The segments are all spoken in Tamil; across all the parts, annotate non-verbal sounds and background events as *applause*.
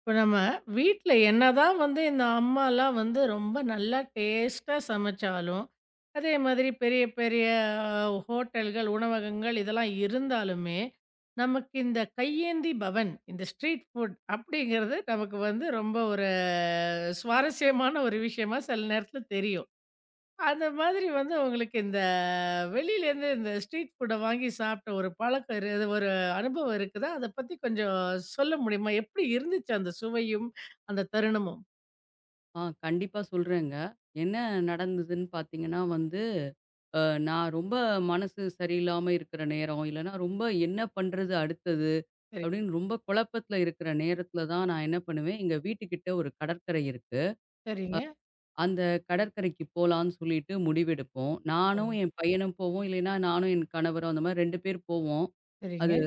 இப்போ நம்ம வீட்ல என்னதான் வந்து இந்த அம்மாலாம் வந்து ரொம்ப நல்லா டேஸ்ட்டா சமைச்சாலும், அதே மாதிரி பெரிய பெரிய ஹோட்டல்கள், உணவகங்கள் இதெல்லாம் இருந்தாலுமே, நமக்கு இந்த கையேந்தி பவன், இந்த ஸ்ட்ரீட் ஃபுட் அப்படிங்கிறது நமக்கு வந்து ரொம்ப ஒரு சுவாரஸ்யமான ஒரு விஷயமா சில நேரத்தில தெரியும். அந்த மாதிரி வந்து உங்களுக்கு இந்த வெளியிலேருந்து இந்த ஸ்ட்ரீட் ஃபுட்ட வாங்கி சாப்பிட்ட ஒரு பழக்கம் இது ஒரு அனுபவம் இருக்குதா? அத பத்தி கொஞ்சம் சொல்ல முடியுமா? எப்படி இருந்துச்சு அந்த சுவையும், அந்த தருணமும்? ஆ கண்டிப்பா சொல்றேங்க. என்ன நடந்ததுன்னு பார்த்தீங்கன்னா வந்து, அ நான் ரொம்ப மனசு சரியில்லாம இருக்கிற நேரம், இல்லன்னா ரொம்ப என்ன பண்றது அடுத்தது? சரி. அப்படின்னு ரொம்ப குழப்பத்துல இருக்கிற நேரத்துல தான் நான் என்ன பண்ணுவேன், எங்க வீட்டுக்கிட்ட ஒரு கடற்கரை இருக்கு. சரிங்க. அந்த கடற்கரைக்கு போலான்னு சொல்லிட்டு முடிவெடுப்போம். ஓ! நானும் என் பையனும் போவோம். இல்லைன்னா நானும் என் கணவரும் அந்த மாரி 2 பேர் போவோம். அது சரிங்க.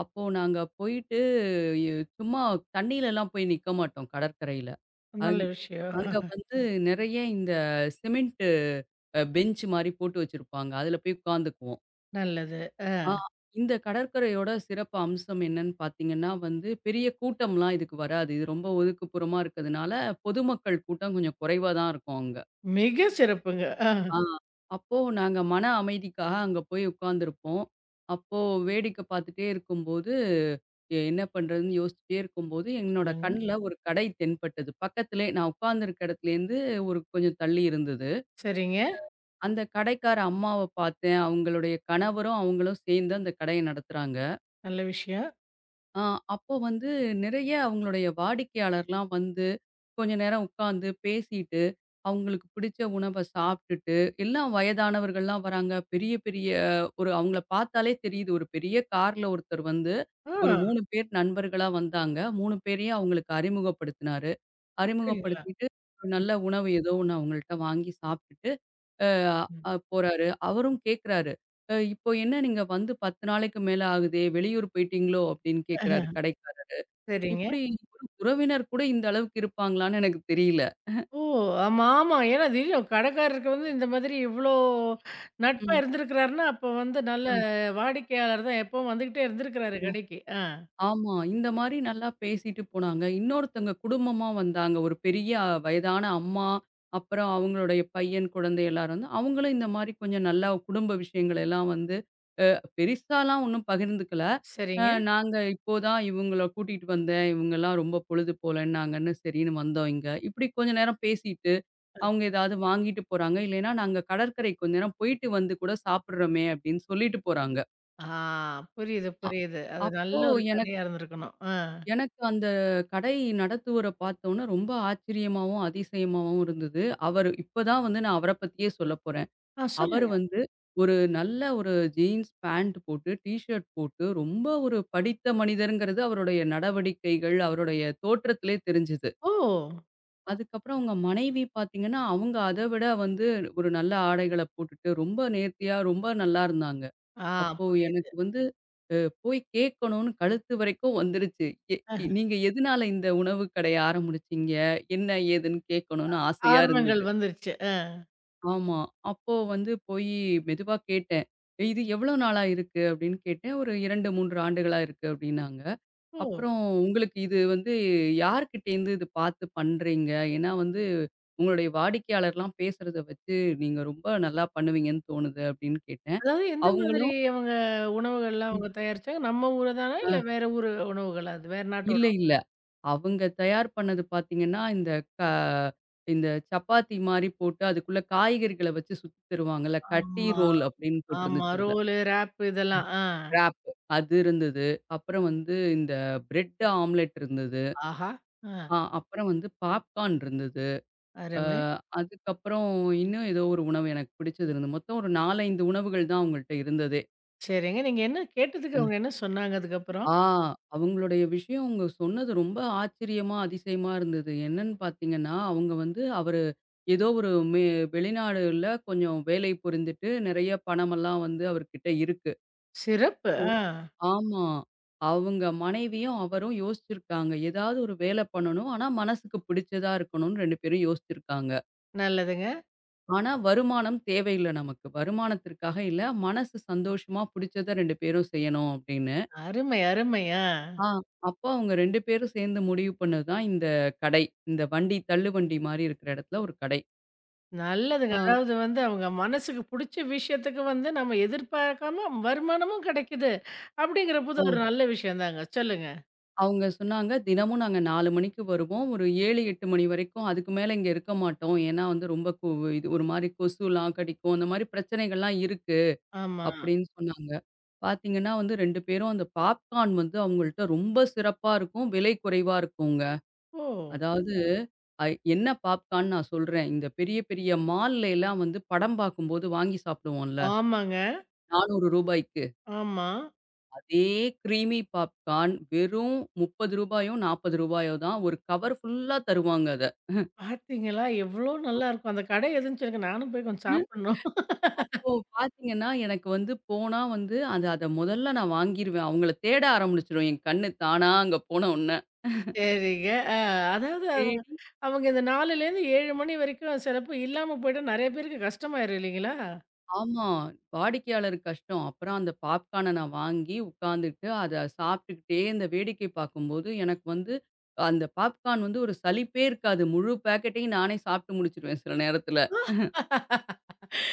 அப்போ நாங்க போயிட்டு, எ சும்மா தண்ணீலலாம் போய் நிக்க மாட்டோம் கடற்கரையில. அங் நல்ல விஷயம். அங்க வந்து நெறைய இந்த சிமெண்ட் பெஞ்ச் மாரி போட்டு வச்சிருப்பாங்க. அதுல போய் உட்காந்துக்குவோம். நல்லது. ஆ அ இந்த கடற்கரையோட சிறப்பு அம்சம் என்னன்னு பார்த்தீங்கன்னா வந்து, பெரிய கூட்டம்லாம் இதுக்கு வராது. இது ரொம்ப ஒதுக்குப்புறமா இருக்கிறதுனால, பொதுமக்கள் கூட்டம் கொஞ்சம் குறைவா தான் இருக்கும் அங்க. மிக சிறப்புங்க. ஆ ஆ அப்போ நாங்க மன அமைதிக்காக அங்க போய் உட்காந்துருப்போம். அப்போ வேடிக்கை பார்த்துட்டே இருக்கும்போது, என்ன பண்றதுன்னு யோசிச்சுட்டே இருக்கும்போது, என்னோட சொல்லுங்க. கண்ல ஒரு கடை தென்பட்டது. பக்கத்திலே நான் உட்கார்ந்திருக்க இடத்துலேருந்து ஒரு கொஞ்சம் தள்ளி இருந்தது. சரிங்க. அந்த கடைக்கார அம்மாவ பார்த்தேன். அவங்களுடைய கணவரும், அவங்களும் சேர்ந்து அந்த கடைய நடத்துறாங்க. நல்ல விஷயம். ஆ அப்போ வந்து நிறைய அவங்களுடைய வாடிக்கையாளர்லாம் வந்து, கொஞ்ச நேரம் உட்காந்து பேசிட்டு, அவங்களுக்கு பிடிச்ச உணவ சாப்பிட்டுட்டு, எல்லாம் வயதானவர்கள்லாம் வராங்க. பெரிய பெரிய ஒரு அவங்கள பார்த்தாலே தெரியுது. ஒரு பெரிய கார்ல ஒருத்தர் வந்து, ஒரு ஆ 3 பேர் நண்பர்களா வந்தாங்க. 3 பேரையும் அவங்களுக்கு அறிமுகப்படுத்தினாரு. அப்படிங்களா? அறிமுகப்படுத்திட்டு, ஒரு நல்ல உணவு ஏதோ ஒண்ணு அவங்கள்ட்ட வாங்கி சாப்பிட்டுட்டு ம். போறாரு. அவரும் கேட்குறாரு. "அ இப்போ என்ன நீங்க வந்து 10 நாளைக்கு மேல ஆகுதே, வெளியூர் போயிட்டீங்களோ?" அப்படின்னு கேட்குறாரு கடைக்காரர். சரிங்க. இப்படி ஒரு உறவினர் கூட இந்த அளவுக்கு இருப்பாங்களான்னு எனக்கு தெரியல. ஓ! ஆமா, ஆமா. ஏன்னா தெரியும். கடைக்காரருக்கு வந்து இந்த மாதிரி இவ்ளோ நட்பா ம். இருந்திருக்கிறாருன்னா, அப்போ வந்து நல்ல அஹ. வாடிக்கையாளர் தான் எப்பவும் வந்துகிட்டே இருந்திருக்கிறாரு கடைக்கு. ஆ. ஆமா. இந்த மாரி நல்லா பேசிட்டு போனாங்க. இன்னொருத்தவங்க குடும்பமா வந்தாங்க. ஒரு பெரிய வயதான அம்மா, அப்புறம் அவங்களுடைய பையன், குழந்தை எல்லாரும் வந்து அவங்களும் இந்த மாரி கொஞ்சம் நல்லா குடும்ப விஷயங்கள் எல்லாம் வந்து பெரிசாலாம் ஒண்ணும் பகிர்ந்துக்கல. சரிங்க. நாங்க இப்போதான் இவங்கள கூட்டிட்டு வந்தேன். இவங்கலாம் ரொம்ப பொழுது போலன்னாங்கன்னு சரின்னு வந்தோம் இங்க. இப்படி கொஞ்ச நேரம் பேசிட்டு, அவங்க ஏதாவது வாங்கிட்டு போறாங்க. இல்லைன்னா நாங்க கடற்கரை கொஞ்ச நேரம் போயிட்டு வந்து கூட சாப்பிடுறோமே அப்படின்னு சொல்லிட்டு போறாங்க. ஆ புரியுது, அ புரியுது. அது அப்போ நல்ல ஒரு எனக்கு கதையா இருந்திருக்கணும். ஆ. எனக்கு அந்த கடை நடத்துவர பார்த்தோன ரொம்ப ஆச்சரியமாவும், அதிசயமாவும் இருந்தது. அவரு இப்பதான் வந்து நான் அவர பத்தியே சொல்லப் போறேன். ஆ அவரு சொல்லுங்க. வந்து ஒரு நல்ல ஒரு ஜீன்ஸ் பேண்ட் போட்டு, டீ ஷர்ட் போட்டு ரொம்ப ஒரு படித்த மனிதர்ங்கிறது அவருடைய நடவடிக்கைகள், அவருடைய தோற்றத்திலே தெரிஞ்சது. ஓ! அதுக்கப்புறம் அவங்க மனைவி பார்த்தீங்கன்னா, அவங்க அத விட வந்து ஒரு நல்ல ஆடைகள போட்டுட்டு ரொம்ப நேர்த்தியா, ரொம்ப நல்லா இருந்தாங்க. ஆ அப்போ புரியுது. எனக்கு வந்து அ போய் கேட்கணும்னு கழுத்து வரைக்கும் வந்துருச்சு. எ ஆஹ. நீங்க எதனால இந்த உணவு கடைய ஆரம்பிச்சீங்க? என்ன ஏதுன்னு கேட்கணும்னு ஆசையா ஆர்வங்கள் இருந்தது. வந்துருச்சு. ஆ. ஆமா. அப்போ வந்து போயி மெதுவா கேட்டேன். "இது எவ்வளோ நாளா இருக்கு?" அப்படின்னு கேட்டேன். ஒரு 2, 3 ஆண்டுகளா இருக்கு அப்படின்னாங்க. ஓ! அப்புறம் "உங்களுக்கு இது வந்து யார்கிட்டேருந்து இது பார்த்து பண்றீங்க? ஏன்னா வந்து உங்களுடைய வாடிக்கையாளர்லாம் பேசுறத வச்சு நீங்க ரொம்ப நல்லா பண்ணுவீங்கன்னு தோணுது" அப்படின்னு கேட்டேன். அதாவது எந்த மாதிரி அவங்களும் அவங்க உணவுகள்லாம் அவங்க தயாரிச்சாங்க? நம்ம ஊரு தானா? அ இல்ல வேற ஊரு உணவுகளா அது? வேற நாட்டு இல்ல, உணவா? இல்ல. அவங்க தயார் பண்ணது பார்த்தீங்கன்னா, க இந்த சப்பாத்தி மாரி போட்டு அதுக்குள்ள காய்கறிகள வச்சு சுத்தி தருவாங்கல்ல. கட்டி ஆமா. ரோல் அப்படின்னு ஆமா. போட்டிருந்துச்சு அதுல. ரோலு, ராப்பு இதெல்லாம். ஆ. ராப் அது இருந்தது. அப்புறம் வந்து இந்த பிரெட் ஆம்லெட் இருந்தது. ஆஹா! ஆ அப்புறம் வந்து பாப்கார்ன் இருந்தது. அ அருமை. அதுக்கப்புறம் இன்னும் ஏதோ ஒரு உணவு எனக்கு பிடிச்சது இருந்தது. மொத்தம் ஒரு 4, 5 உணவுகள் தான் அவங்கள்ட்ட இருந்ததே. சரிங்க. நீங்க என்ன கேட்டதுக்கு அவங்க என்ன சொன்னாங்க அதுக்கப்புறம்? ஆ அவங்களுடைய விஷயம் அவங்க சொன்னது ரொம்ப ஆச்சரியமா, அதிசயமா இருந்தது. என்னன்னு பார்த்தீங்கன்னா, அவங்க வந்து அவரு ஏதோ ஒரு வெளிநாடுல கொஞ்சம் வேலை புரிந்துட்டு நெறைய பணமெல்லாம் வந்து அவர்கிட்ட இருக்கு. ஓ! இப்போ சிறப்பு. ஆ ஆமா. அவங்க மனைவியும், அவரும் யோசிச்சிருக்காங்க. ஏதாவது ஒரு வேலை பண்ணணும். ஆனா மனசுக்கு பிடிச்சதா இருக்கணும்னு 2 பேரும் யோசிச்சிருக்காங்க. நல்லதுங்க. ஆனா வருமானம் தேவையில்ல நமக்கு. வருமானத்திற்காக இல்ல. மனசு சந்தோஷமா பிடிச்சத 2 பேரும் செய்யணும் அப்படின்னு. அருமை, அருமை. ஆ ஆ அப்போ அவங்க 2 பேரும் சேர்ந்து முடிவு பண்ணது தான் இந்த கடை. இந்த வண்டி தள்ளுவண்டி மாரி இருக்கிற இடத்துல ஒரு கடை. நல்லதுங்க. ஆ. அதாவது வந்து அவங்க மனசுக்கு புடிச்ச விஷயத்துக்கு வந்து நம்ம எதிர்பார்க்காம வருமானமும் கிடைக்குது. அப்படிங்கிறபோது ஆ. ஒரு நல்ல விஷயம் தாங்க. சொல்லுங்க. அவங்க சொன்னாங்க, "தினமும் நாங்க 4 மணிக்கு வருவோம். ஒரு 7, 8 மணி வரைக்கும் அதுக்கு மேல இங்க இருக்க மாட்டோம். ஏன்னா வந்து ரொம்ப இது ஒரு மாரி கொசுலாம் கடிக்கும். அந்த மாரி பிரச்சனைகள்லாம் இருக்கு." ஆமா. அப்படின்னு சொன்னாங்க. பார்த்தீங்கன்னா வந்து 2 பேரும் அந்த பாப்கார்ன் வந்து அவங்கள்ட்ட ரொம்ப சிறப்பா இருக்கும். விலை குறைவா இருக்குங்க. ஓ! அதாவது அ என்ன பாப்கார்ன் நான் சொல்றேன். இந்த பெரிய பெரிய மால்ல எல்லாம் வந்து படம் பார்க்கும்போது வாங்கி சாப்பிடுவோம்ல. ரூ. ஆமாங்க. 400க்கு. ஆமா. அதே கிரீமி பாப்கார்ன் வெறும் ரூ. 30யோ, ரூ. 40யோ தான். ஒரு கவர் ஃபுல்லா தருவாங்க. பார்த்தீங்களா? எவ்வளோ நல்லாருக்கும். அந்த கடை எதுன்னு சொல்லுங்க. நானும் போய் கொஞ்சம் சாப்பிடணும். அப்போ பார்த்தீங்கன்னா, எனக்கு வந்து போனா வந்து அது அத முதல்ல நான் வாங்கிருவேன். அவங்கள தேட ஆரம்பிச்சுரும். என் கண்ணு தானா அங்க போன உடனே. சரிங்க. ஆ. அதாவது அவங்க தேடி அவங்க இந்த 4லேருந்து 7 மணி வரைக்கும் சிலப்போ இல்லாம போயிட்டா நெறைய பேருக்கு கஷ்டமாயிரும் இல்லைங்களா? ஆமா. வாடிக்கையாளர் கஷ்டம். அப்புறம் அந்த பாப்கார்ன நான் வாங்கி உட்காந்துட்டு, அத சாப்பிட்டுக்கிட்டே இந்த வேடிக்கை பார்க்கும்போது, எனக்கு வந்து அந்த பாப்கார்ன் வந்து ஒரு சலிப்பே இருக்காது. முழு பேக்கெட்டையும் நானே சாப்பிட்டு முடிச்சுருவேன் சில நேரத்துல.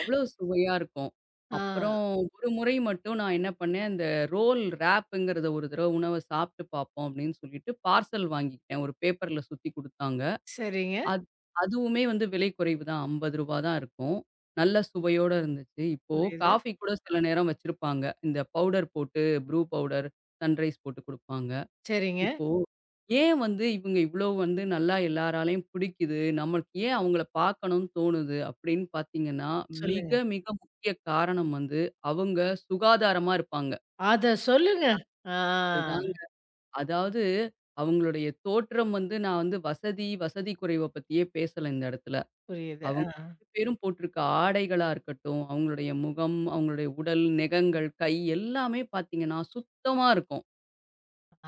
அவ்வளோ சுவையா இருக்கும். ஆ. அப்புறம் ஒரு முறை மட்டும் நான் என்ன பண்ணேன், அந்த ரோல் ராப்ங்கிறத ஒரு தடவ உணவ சாப்பிட்டு பார்ப்போம் அப்படின்னு சொல்லிட்டு பார்சல் வாங்கிக்கிட்டேன். ஒரு பேப்பர்ல சுத்தி குடுத்தாங்க. சரிங்க. அது அதுவுமே வந்து விலை குறைவு தான். ரூ. 50 தான் இருக்கும். நல்ல சுவையோட இருந்துச்சு. இப்போ புரியுது. காஃபி கூட சில நேரம் வச்சிருப்பாங்க. இந்த பவுடர் போட்டு ப்ரூ பவுடர், சன்ரைஸ் போட்டு குடுப்பாங்க. சரிங்க. இப்போ ஏன் வந்து இவங்க இவ்வளோ வந்து நல்லா எல்லாராலயும் பிடிக்குது? நமக்கு ஏன் அவங்கள பார்க்கணும்னு தோணுது? அப்படின்னு பார்த்தீங்கன்னா, சொல்லுங்க. மிக, மிக முக்கிய காரணம் வந்து அவங்க சுகாதாரமா இருப்பாங்க. அத சொல்லுங்க. ஆ. அதுதாங்க. அதாவது அவங்களுடைய தோற்றம் வந்து நான் வந்து வசதி, வசதி குறைவ பத்தியே பேசல இந்த இடத்துல. புரியுது. ஆ. அவங்க 2 பேரும் போட்டிருக்க ஆடைகளா இருக்கட்டும், அவங்களுடைய முகம், அவங்களுடைய உடல், நெகங்கள், கை எல்லாமே பார்த்தீங்கன்னா, சுத்தமா இருக்கும்.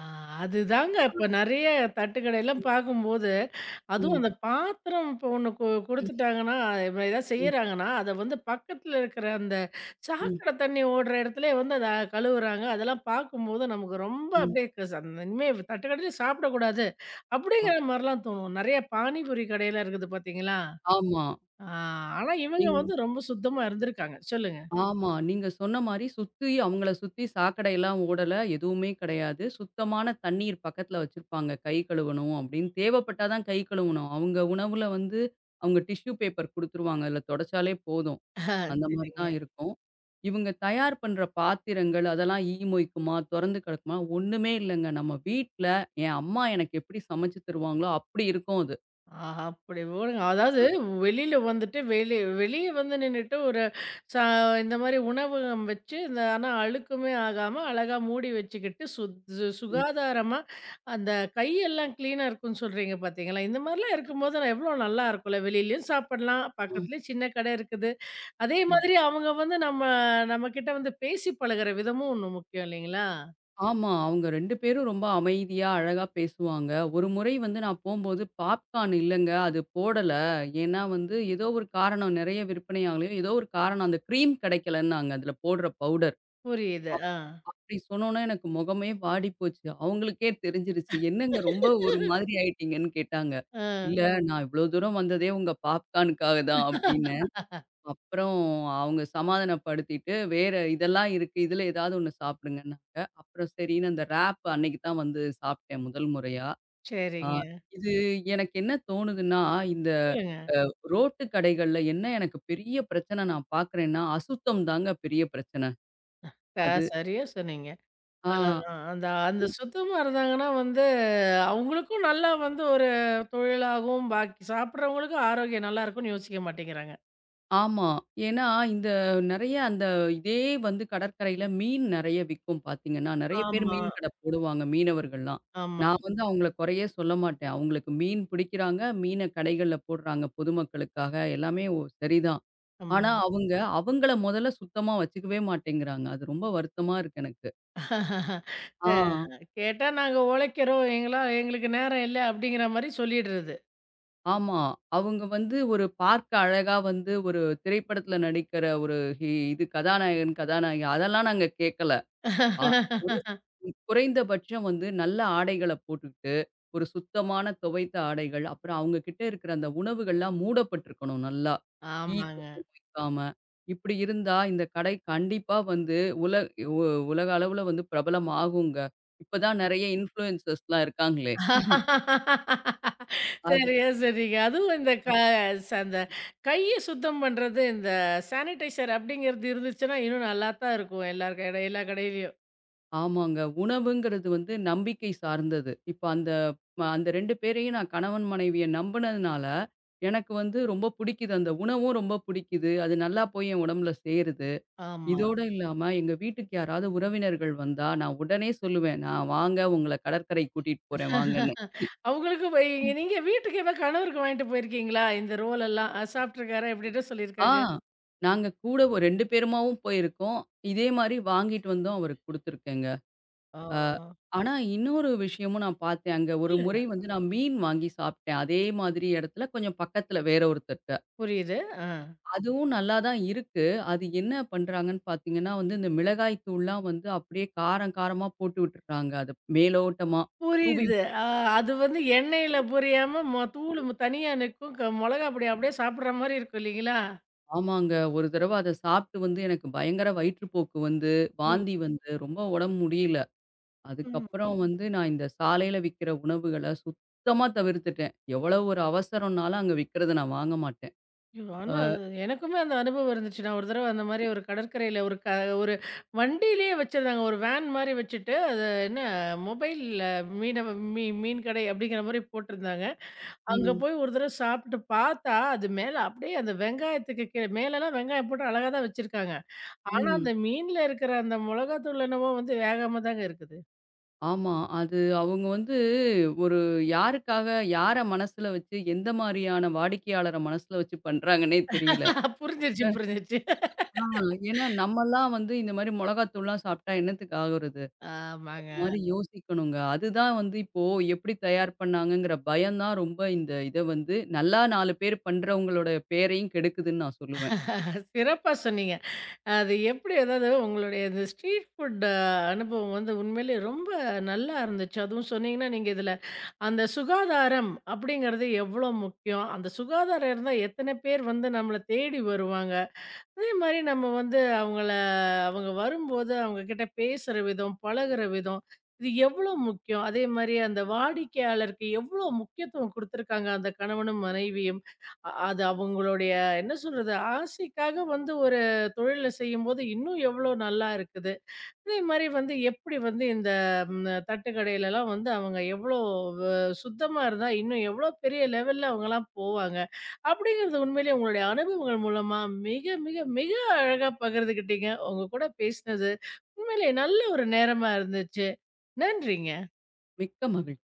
ஆ, அதுதாங்க இப்ப நெறைய தட்டுக்கடைலாம் ம், பார்க்கும்போது, அதுவும் ம், அந்த பாத்திரம் இப்போ ஒண்ணு ம், குடுத்துட்டாங்கன்னா, இப்ப ஏதாவது ம், செய்யறாங்கன்னா, அத வந்து பக்கத்துல இருக்கிற அந்த ம், சாக்கடை தண்ணி ஓடுற இடத்துலயே வந்து அத கழுவுறாங்க. அதெல்லாம் பார்க்கும்போது நமக்கு ரொம்ப ம். அப்படியே க ச அந்த இனிமே தட்டுக்கடையில சாப்பிடக்கூடாது, அ அப்படிங்கிற மாரிலாம் தோணும். நெறைய பானிபூரி கடையெல்லாம் இருக்குது பார்த்தீங்களா? ஆமா. ஆ ஆனா இவங்க நீங் வந்து ரொம்ப சுத்தமா இருந்திருக்காங்க. சொல்லுங்க. ஆமா. நீங்க சொன்ன மாரி சுத்தி அவங்கள சுத்தி சாக்கடையெல்லாம் ஓடல. எதுவுமே கிடையாது. சுத்தமான தண்ணீர் பக்கத்துல வச்சிருப்பாங்க. கை கழுவணும் அப்படின்னு. தேவைப்பட்டா தான் கை கழுவணும். அவங்க உணவுல வந்து அவங்க டிஷ்யூ பேப்பர் குடுத்துருவாங்க. அதில தொடச்சாலே போதும். ஆ அந்த மாரி சரிங்க. தான் இருக்கும். இவங்க தயார் பண்ற பாத்திரங்கள் அதெல்லாம் ஈ மொய்க்குமா, தொறந்து கிடக்குமா ஒண்ணுமே இல்லங்க. நம்ம வீட்ல என் அம்மா எனக்கு எப்படி சமைச்சு தருவாங்களோ அப்படி இருக்கும் அது. ஆஹா! அப்படி ஓடுங்க. அதாவது வெளியில வந்துட்டு வெளிய வந்து நின்னுட்டு ஒரு சா இந்த மாரி உணவகம் வச்சு, இந்த ஆனா அழுக்குமே ஆகாம அழகா மூடி வச்சுக்கிட்டு, சுத் சு ம். சுகாதாரமா அந்த கையெல்லாம் கிளீனா இருக்குன்னு சொல்றீங்க பார்த்தீங்களா? இந்த மாரிலாம் இருக்கும்போது நான் எவ்வளோ நல்லா இருக்கும்ல. வெளியிலயும் சாப்பிடலாம், பக்கத்துலயும் சின்ன கடை இருக்குது. அதே ம். மாதிரி அவங்க வந்து நம்மகிட்ட வந்து பேசி பழகுற விதமும் ஒண்ணு முக்கியம் இல்லைங்களா? ஆமா. அவங்க 2 பேரும் ரொம்ப அமைதியா, அழகா பேசுவாங்க. ஒரு முறை வந்து நான் போம்போது, பாப்கார்ன் இல்லங்க. அது போடல. ஏன்னா வந்து ஏதோ ஒரு காரணம் நெறைய விற்பனை ஆகலையோ, ஏதோ ஒரு காரணம் அந்த கிரீம் கெடைக்கலன்னாங்க. அதுல போடுற பவுடர். புரியுது. அப் ஆ. அப்படி சொன்னோனே எனக்கு முகமே வாடி போச்சு. அவங்களுக்கே தெரிஞ்சிருச்சு. "என்னங்க ரொம்ப ஒரு மாதிரி ஆயிட்டீங்கன்னு" கேட்டாங்க. ஆ. "இல்ல நான் இவ்ளோ தூரம் வந்ததே உங்க பாப்கார்னுக்காக தான்" அப்படின்னு. *laughs* அப்புறம் அவங்க சமாதானப்படுத்திட்டு, வேற இதெல்லாம் இருக்கு. இதுல ஏதாவது ஒண்ணு சாப்பிடுங்கன்னாங்க. அப்புறம் சரின்னு அந்த ராப் அன்னைக்கு தான் வந்து சாப்பிட்டேன் முதல் முறையா. ஆ சரிங்க. இது எனக்கு என்ன தோணுதுன்னா, இந்த சொல்லுங்க. ரோட்டு கடைகள்ல என்ன எனக்கு பெரிய பிரச்சனை நான் பார்க்குறேன்னா, அசுத்தம் தாங்க பெரிய பிரச்சனை. க அது சரியா சொன்னீங்க. ஆ. அ அந்த அந்த சுத்தமா இருந்தாங்கன்னா வந்து, அவங்களுக்கும் நல்லா வந்து ஒரு தொழிலாகும், பாக்கி சாப்பிடுறவங்களுக்கும் ஆரோக்கியம் நல்லா இருக்கும்னு யோசிக்க மாட்டேங்கிறாங்க. ஆமா. ஏன்னா, இந்த நெறைய அந்த இதே வந்து கடற்கரையில மீன் நெறைய விக்கும் பார்த்தீங்கன்னா, நெறைய பேர் ஆமா, மீன் கடை போடுவாங்க, மீனவர்கள்லாம். ஆமா. நான் வந்து அவங்கள குறையே சொல்ல மாட்டேன். அவங்களுக்கு மீன் பிடிக்கிறாங்க, மீன கடைகள்ல போடுறாங்க பொதுமக்களுக்காக, எல்லாமே ஒ சரிதான். ஆனா, ஆமாங்க. அவங்க அவங்கள முதல்ல சுத்தமா வச்சுக்கவே மாட்டேங்கிறாங்க. அது ரொம்ப வருத்தமா இருக்கு எனக்கு. ஆ. அ கேட்டா நாங்க உழைக்கிறோம், எங்களா எங்களுக்கு நேரம் இல்ல அப்படிங்கிற மாரி சொல்லிடுறது. ஆமா. அவங்க வந்து ஒரு பார்க்க அழகா வந்து ஒரு திரைப்படத்துல நடிக்கிற ஒரு இது கதாநாயகன், கதாநாயகி அதெல்லாம் நாங்க கேட்கல. ஆ ஒரு குறைந்தபட்சம் வந்து நல்ல ஆடைகள போட்டுக்கிட்டு, ஒரு சுத்தமான துவைத்த ஆடைகள், அப்புறம் அவங்க கிட்ட இருக்கிற அந்த உணவுகள்லாம் மூடப்பட்டிருக்கணும் நல்லா. ஈ, ஆமாங்க. கொசு வைக்காம. இப்படி இருந்தா இந்த கடை கண்டிப்பா வந்து உல உ உலக அளவுல வந்து பிரபலம் ஆகுங்க. இப்ப தான் நெறைய இன்ஃப்ளூயன்சர்ஸ்லாம் இருக்காங்களே. அது சரியா சரிங்க. அதுவும் இந்த க ச அந்த கைய சுத்தம் பண்றது, இந்த சானிடைசர் அப்படிங்கிறது இருந்துச்சுன்னா, இன்னும் நல்லா தான் இருக்கும். எல்லார் கடை எல்லா கடையிலயும். ஆமாங்க. உணவுங்கிறது வந்து நம்பிக்கை சார்ந்தது. இப்ப அந்த அந்த 2 பேரையும் நான் கணவன் மனைவிய நம்புனதுனால, எனக்கு வந்து ரொம்ப புடிக்குது. அந்த உணவும் ரொம்ப புடிக்குது. அது நல்லா போய் என் உடம்புல சேருது. ஆமா. இதோட இல்லாம எங்க வீட்டுக்கு யாராவது உறவினர்கள் வந்தா, நான் உடனே சொல்லுவேன். "நான் வாங்க உங்கள கடற்கரைக்கு கூட்டிட்டு போறேன் வாங்கன்னு." அவங்களுக்கும் நீங்க வீட்டுக்கு எப்ப கணவருக்கு வாங்கிட்டு போயிருக்கீங்களா? இந்த ரோல் எல்லாம் சாப்பிட்டுருக்காரா? எப்படிட்ட ஆ சொல்லியிருக்காங்க? நாங்க கூட ஒரு 2 பேருமாவும் போயிருக்கோம். இதே மாரி வாங்கிட்டு வந்தும் அவருக்கு குடுத்துருக்கேங்க. ஓ! அ ஆனா இன்னொரு விஷயமும் நான் பார்த்தேன். அங்க ஒரு சொல்லுங்க. முறை வந்து நான் மீன் வாங்கி சாப்பிட்டேன். அதே மாதிரி இடத்துல கொஞ்சம் பக்கத்துல வேற ஒருத்தர்ட்ட. புரியுது. ஆ. அதுவும் நல்லா தான் இருக்கு. அது என்ன பண்றாங்கன்னு பார்த்தீங்கன்னா, வந்து இந்த மிளகாய் தூள்லாம் வந்து அப்படியே காரம் காரமா போட்டு விட்டுடுறாங்க. அது மேலோட்டமா தூவி புரியுது. ஆ அது வந்து எண்ணெயில பொரியாம தூளு தனியா நிக்கும். மொளகா பொடி அப்படியே சாப்பிடுற மாரி இருக்கும் இல்லைங்களா? ஆமாங்க. ஒரு தடவ அத சாப்பிட்டு வந்து எனக்கு பயங்கர வயிற்றுப்போக்கு வந்து, வாந்தி வந்து ரொம்ப உடம்பு முடியல. ம். அதுக்கப்புறம் வந்து நான் இந்த சாலையில விக்கிற உணவுகள சுத்தமா தவிர்த்துட்டேன். எவ்வளவு ஒரு அவசரம்னாலும் அங்க விக்கிறத நான் வாங்க மாட்டேன். ஐயோ! ஆனா, அது எனக்குமே அந்த அனுபவம் இருந்துச்சு. நான் ஒரு தடவ அந்த மாரி ஒரு கடற்கரையில ஒரு ஒரு வண்டியிலேயே வச்சிருந்தாங்க. ஒரு வேன் மாரி வச்சுட்டு, அது என்ன மொபைல்ல மீனவ மீ மீன் கடை அப்படிங்கிற மாரி போட்டிருந்தாங்க. அங்க ம். போய் ஒரு தடவ சாப்பிட்டு பார்த்தா, அது மேல அப்படியே அந்த வெங்காயத்துக்கு கீழ மேலலாம் வெங்காயம் போட்டு அழகா தான் வச்சிருக்காங்க. ஆனா, ம். அந்த மீன்ல இருக்கிற அந்த மிளகாத்தூள் என்னமோ வந்து வேகாம தாங்க இருக்குது. ஆமா. அது அவங்க வந்து ஒரு யாருக்காக, யார மனசுல வச்சு, எந்த மாரியான வாடிக்கையாளர மனசுல வச்சு பண்றாங்கன்னே தெரியல. *laughs* புரிஞ்சிருச்சு, அ புரிஞ்சிருச்சு. ஆ ஏன்னா நம்மலாம் வந்து இந்த மாரி மொளகாத்தூள்லாம் சாப்ட்டா என்னத்துக்கு ஆகுறது? இந்த ஆமாங்க. மாரி யோசிக்கணுங்க. அதுதான் வந்து இப்போ எப்படி தயார் பண்ணாங்கங்கிற பயம் தான் ரொம்ப இந்த இத வந்து நல்லா 4 பேர் பண்றவங்களோட பேரையும் கெடுக்குதுன்னு நான் சொல்லுவேன். சிறப்பா சொன்னீங்க. அது எப்படி அதாவது உங்களுடைய இந்த ஸ்ட்ரீட் ஃபுட் அனுபவம் வந்து உண்மையிலேயே ரொம்ப நல்லா இருந்துச்சு. அதுவும் சொன்னீங்கன்னா, நீங்க இதுல அந்த சுகாதாரம் அப்படிங்கிறது எவ்வளோ முக்கியம். அந்த சுகாதாரம் இருந்தா எத்தன பேர் வந்து நம்மள தேடி வருவாங்க. அதே மாரி நம்ம வந்து அவங்க வரும்போது அவங்க கிட்ட பேசுற விதம், பழகுற விதம், இது எவ்வளோ முக்கியம்? அதே மாரி அந்த வாடிக்கையாளருக்கு எவ்வளோ முக்கியத்துவம் குடுத்துருக்காங்க அந்த கணவனும், மனைவியும். அது அவங்களுடைய என்ன சொல்றது? ஆசைக்காக வந்து ஒரு தொழில செய்யும்போது இன்னும் எவ்வளோ நல்லா இருக்குது. அதே மாரி வந்து எப்படி வந்து இந்த தட்டு கடையிலலாம் வந்து அவங்க எவ்வளோ வ சுத்தமா இருந்தா, இன்னும் எவ்வளோ பெரிய லெவல்ல அவங்கலாம் போவாங்க. அப்படிங்கிறது உண்மையிலேயே உங்களுடைய அனுபவங்கள் மூலமா மிக, மிக, மிக அழகா பகிர்ந்துக்கிட்டீங்க. உங்க கூட பேசினது உண்மையிலேயே நல்ல ஒரு நேரமா இருந்துச்சு. நன்றிங்க. மிக்க மகிழ்ச்சி.